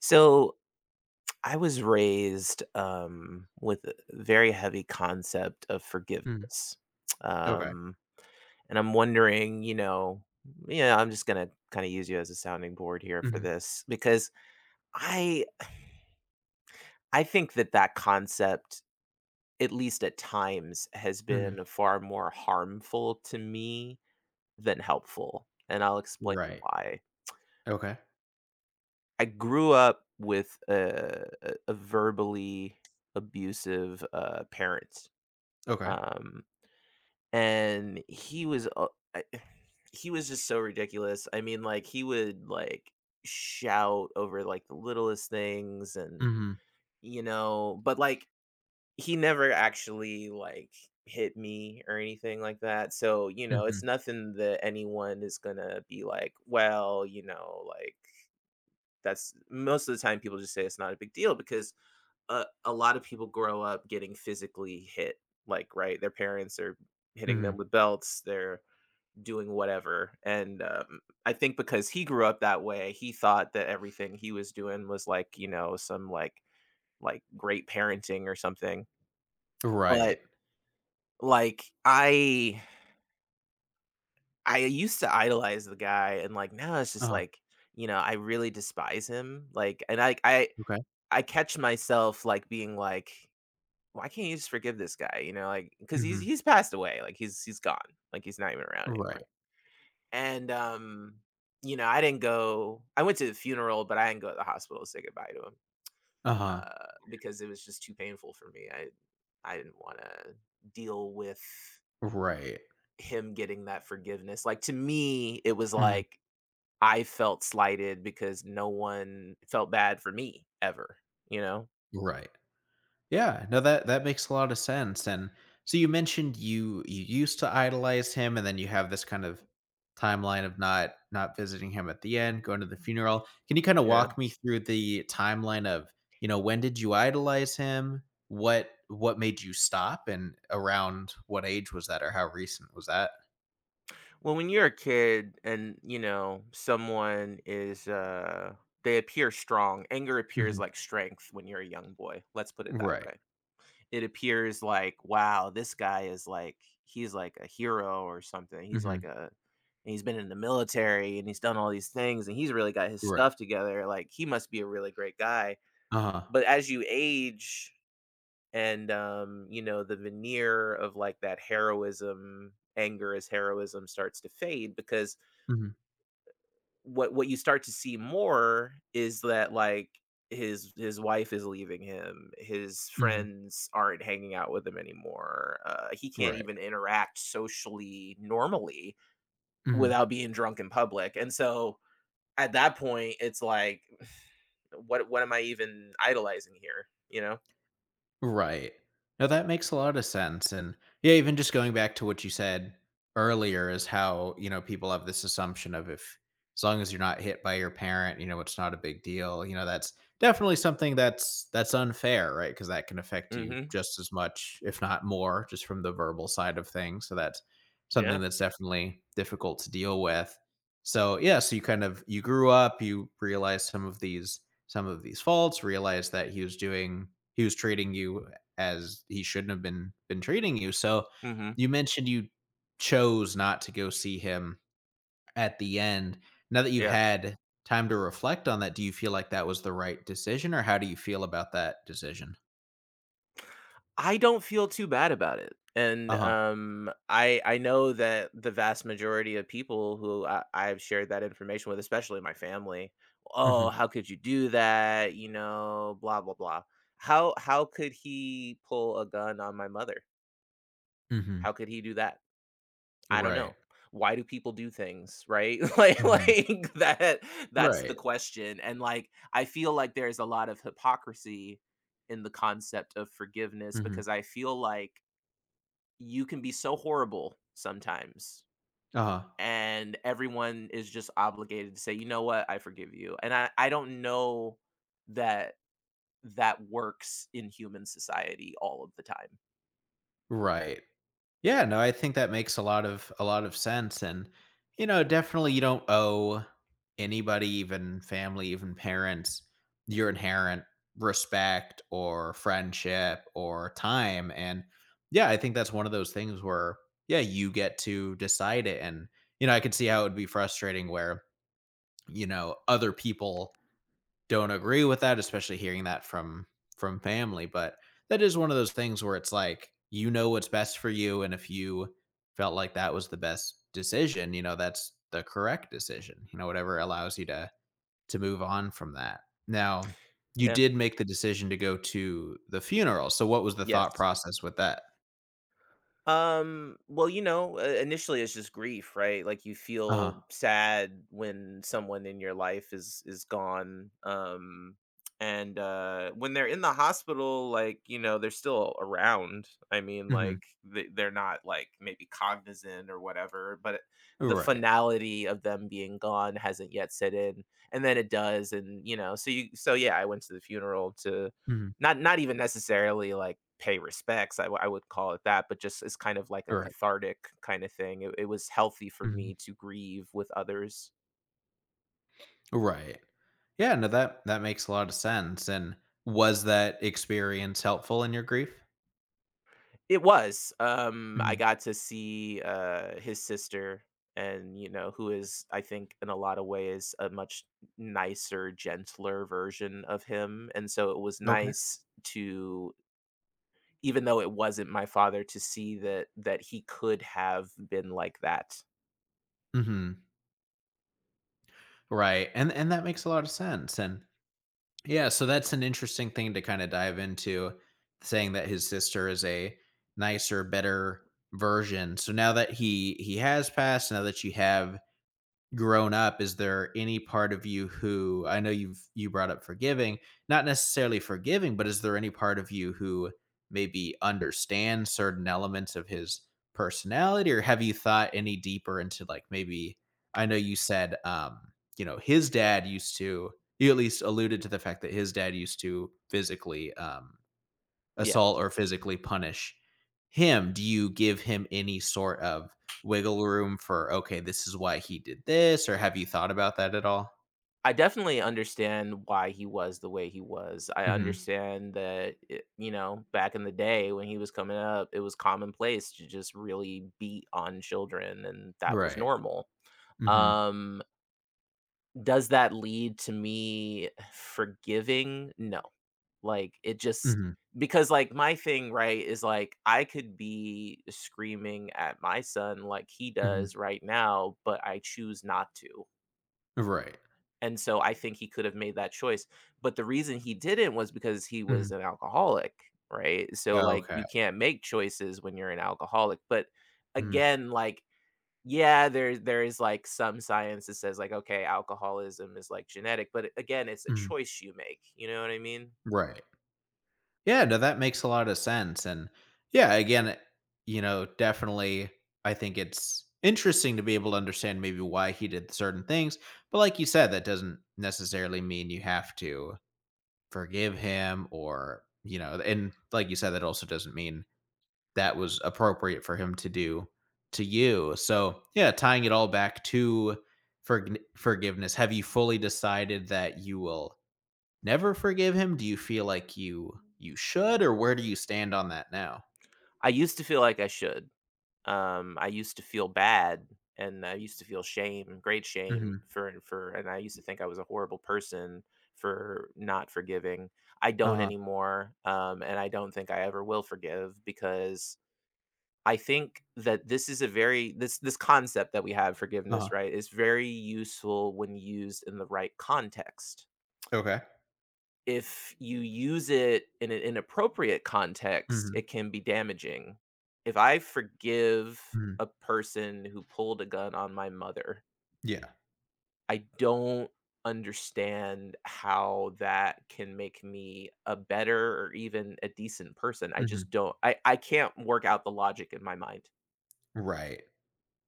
So I was raised with a very heavy concept of Mm. forgiveness. Okay. Um, and I'm wondering, you know, yeah, I'm just going to kind of use you as a sounding board here for Mhm. this because I I think that that concept at least at times has Mhm. been far more harmful to me than helpful. And I'll explain Right. why. Okay. I grew up with a, a verbally abusive parent. Okay. Um, and he was a I he was just so ridiculous. I mean, like, he would, like, shout over, like, the littlest things and, Mhm. you know but, like, he never actually, like, hit me or anything like that, so, you know, it's Mhm. nothing that anyone is gonna be like, "Well," you know, like, that's most of the time people just say it's not a big deal because a lot of people grow up getting physically hit, like, right? Their parents are hitting them Mhm. with belts, they're doing whatever, and, I think because he grew up that way, he thought that everything he was doing was, like, you know, some, like great parenting or something, but, Right. like, I used to idolize the guy, and, like, now it's just, Uh-huh. like, you know, I really despise him, like, and I I Okay. I catch myself, like, being, like why can't you just forgive this guy? You know, like because he's Mhm. he's passed away, like he's gone, like he's not even around Right. anymore. And you know, I didn't go. I went to the funeral, but I didn't go to the hospital to say goodbye to him Uh-huh. Because it was just too painful for me. I didn't want to deal with Right. him getting that forgiveness. Like to me, it was Mhm. like I felt slighted because no one felt bad for me ever. You know. Right. Yeah, no, that makes a lot of sense. And so you mentioned you used to idolize him, and then you have this kind of timeline of not visiting him at the end, going to the funeral. Can you kind of Yeah. walk me through the timeline of when did you idolize him? What made you stop, and around what age was that, or how recent was that? Well, when you're a kid and, you know, someone is they appear strong. Anger appears Hmm. like strength when you're a young boy. Let's put it that Right. way. It appears like, wow, this guy is like he's like a hero or something. He's like Hmm. a and he's been in the military and he's done all these things and he's really got his Right. stuff together. Like he must be a really great guy. Uh But huh. as you age and you know, the veneer of like that heroism, anger as heroism starts to fade because Hmm. what you start to see more is that like his wife is leaving him his Hmm. friends aren't hanging out with him anymore he can't Right. even interact socially normally Hmm. without being drunk in public and so at that point it's like what am I even idolizing here you know Right. No, that makes a lot of sense. And yeah, even just going back to what you said earlier is how, people have this assumption of if as long as you're not hit by your parent, it's not a big deal. That's definitely something that's unfair, right? Because that can affect you mhm just as much, if not more, just from the verbal side of things. So that's yeah something that's definitely difficult to deal with. So yeah, so you kind of you grew up, you realized some of these faults, realized that he was treating you as he shouldn't have been treating you. So mhm you mentioned you chose not to go see him at the end. Now that you've yeah had time to reflect on that, do you feel like that was the right decision, or how do you feel about that decision? I don't feel too bad about it. And Uh-huh. I know that the vast majority of people who I, I've shared that information with, especially my family, oh, Mhm. how could you do that? You know, blah blah blah. How could he pull a gun on my mother? How Mhm. could he do that? I don't Right. know. Why do people do things, right? like Mhm. like that that's the Right. question. And like I feel like there's a lot of hypocrisy in the concept of forgiveness Mhm. because I feel like you can be so horrible sometimes Uh-huh. and everyone is just obligated to say you know what I forgive you and I don't know that that works in human society all of the time. Right. Yeah, no, I think that makes a lot of sense. And definitely, you don't owe anybody, even family, even parents, your inherent respect or friendship or time. And yeah, I think that's one of those things where, yeah, you get to decide it. And I could see how it would be frustrating where, other people don't agree with that, especially hearing that from family. But that is one of those things where it's like, you know what's best for you, and if you felt like that was the best decision, you know that's the correct decision. Whatever allows you to move on from that. Now, you Yeah. did make the decision to go to the funeral, so what was the thought Yes. process with that? Well, you know, initially it's just grief, right? Like you Uh feel huh. sad when someone in your life is gone. And when they're in the hospital like, you know, they're still around. I mean, Hmm. like they, they're not like maybe cognizant or whatever, but the Right. finality of them being gone hasn't yet set in. And then it does and you know, so you so yeah, I went to the funeral to Hmm. not even necessarily like pay respects, I would call it that, but just as kind of like a Right. cathartic kind of thing. It was healthy for me Hmm. to grieve with others. Right. Yeah. No, that makes a lot of sense. And was that experience helpful in your grief? It was, I Mhm. got to see, his sister and, you know, who is, I think, in a lot of ways, a much nicer, gentler version of him, and so it was Okay. nice to even though it wasn't my father, to see that that he could have been like that. Mhm. Right, and that makes a lot of sense. And yeah, so that's an interesting thing to kinda dive into, saying that his sister is a nicer, better version. So now that he has passed, now that you have grown up, is there any part of you who — I know you brought up forgiving, not necessarily forgiving — but is there any part of you who maybe understands certain elements of his personality? Or have you thought any deeper into, like, maybe, I know you said, his dad used to you at least alluded to the fact that his dad used to physically, Yeah. assault or physically punish him. Do you give him any sort of wiggle room for, okay, this is why he did this, or have you thought about that at all? I definitely understand why he was the way he was. I Mhm. understand that, it, you know, back in the day when he was coming up, it was commonplace to just really beat on children, and that was Right. normal. Mhm. Um, does that lead to me forgiving? No. Like, it just Mhm. because, like, my thing, right, is like I could be screaming at my son like he does Mhm. right now, but I choose not to. Right. And so I think he could have made that choice, but the reason he didn't was because he was Mhm. an alcoholic, right? So, like, you Okay. can't make choices when you're an alcoholic, but Mhm. again, like, yeah, there is, like, some science that says, like, okay, alcoholism is, like, genetic, but again, it's a Mhm. choice you make, you know what I mean? Right. Yeah, no, that makes a lot of sense. And yeah, again, definitely, I think it's interesting to be able to understand maybe why he did certain things, but like you said, that doesn't necessarily mean you have to forgive him. Or, and like you said, that also doesn't mean that was appropriate for him to do to you. So yeah, tying it all back to forgiveness, have you fully decided that you will never forgive him? Do you feel like you should, or where do you stand on that now? I used to feel like I should. I used to feel bad, and I used to feel shame, great shame Hmm. For and I used to think I was a horrible person for not forgiving. I don't Uh-huh. anymore, and I don't think I ever will forgive because I think that this is a very this concept that we have forgiveness, Uh-huh. right, is very useful when used in the right context Okay. if you use it in an inappropriate context, Hmm. it can be damaging. If I forgive a Hmm. person who pulled a gun on my mother, Yeah. I don't understand how that can make me a better or even a decent person. I just Hmm. don't I can't work out the logic in my mind. Right.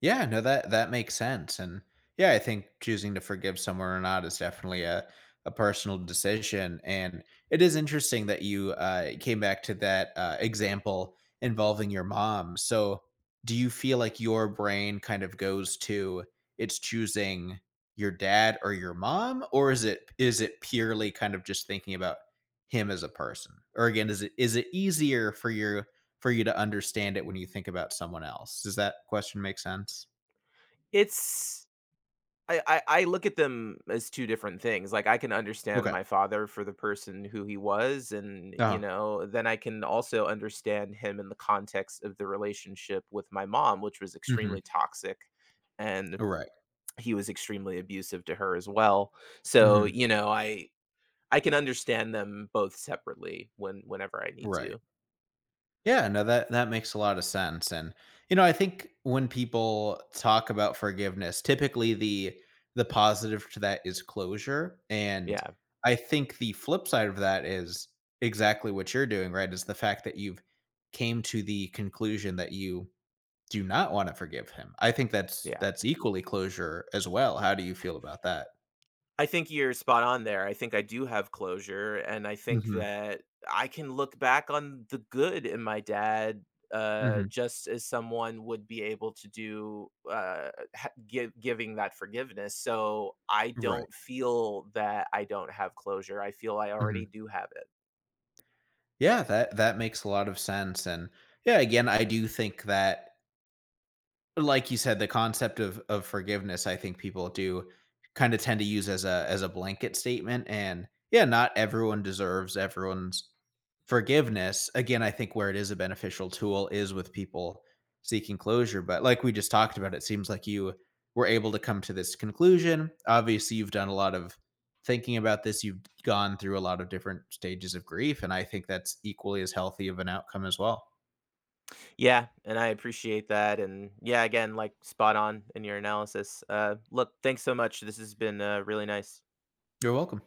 Yeah, no, that makes sense. And yeah, I think choosing to forgive someone or not is definitely a personal decision. And it is interesting that you came back to that example involving your mom. So do you feel like your brain kind of goes to, it's choosing your dad or your mom, or is it purely kind of just thinking about him as a person? Or again, is it easier for you to understand it when you think about someone else. Does that question make sense? It's I look at them as 2 different things, like, I can understand Okay. my father for the person who he was, and, you uh know, then I can also understand him in the context of the relationship with my mom, which was extremely Mhm. toxic, and Right. he was extremely abusive to her as well. So, Mhm. you know, I can understand them both separately when whenever I need Right. to. Yeah, no, that makes a lot of sense. And, I think when people talk about forgiveness, typically the positive to that is closure, and Yeah, I think the flip side of that is exactly what you're doing, right, is the fact that you've came to the conclusion that you do not wanna forgive him. I think that's yeah. that's equally closure as well. How do you feel about that? I think you're spot on there. I think I do have closure, and I think Mhm. that I can look back on the good in my dad, Mhm. just as someone would be able to do, giving that forgiveness. So I Right. don't feel that I don't have closure. I feel I already Mhm. do have it. Yeah, that makes a lot of sense. And, yeah, again, I do think that like you said, the concept of forgiveness, I think people do kind of tend to use as a blanket statement. And yeah, not everyone deserves everyone's forgiveness. Again, I think where it is a beneficial tool is with people seeking closure. But like we just talked about, it seems like you were able to come to this conclusion. Obviously, you've done a lot of thinking about this. You've gone through a lot of different stages of grief, and I think that's equally as healthy of an outcome as well. Yeah, and I appreciate that. And yeah, again, like spot on in your analysis. Look, thanks so much. This has been really nice. You're welcome.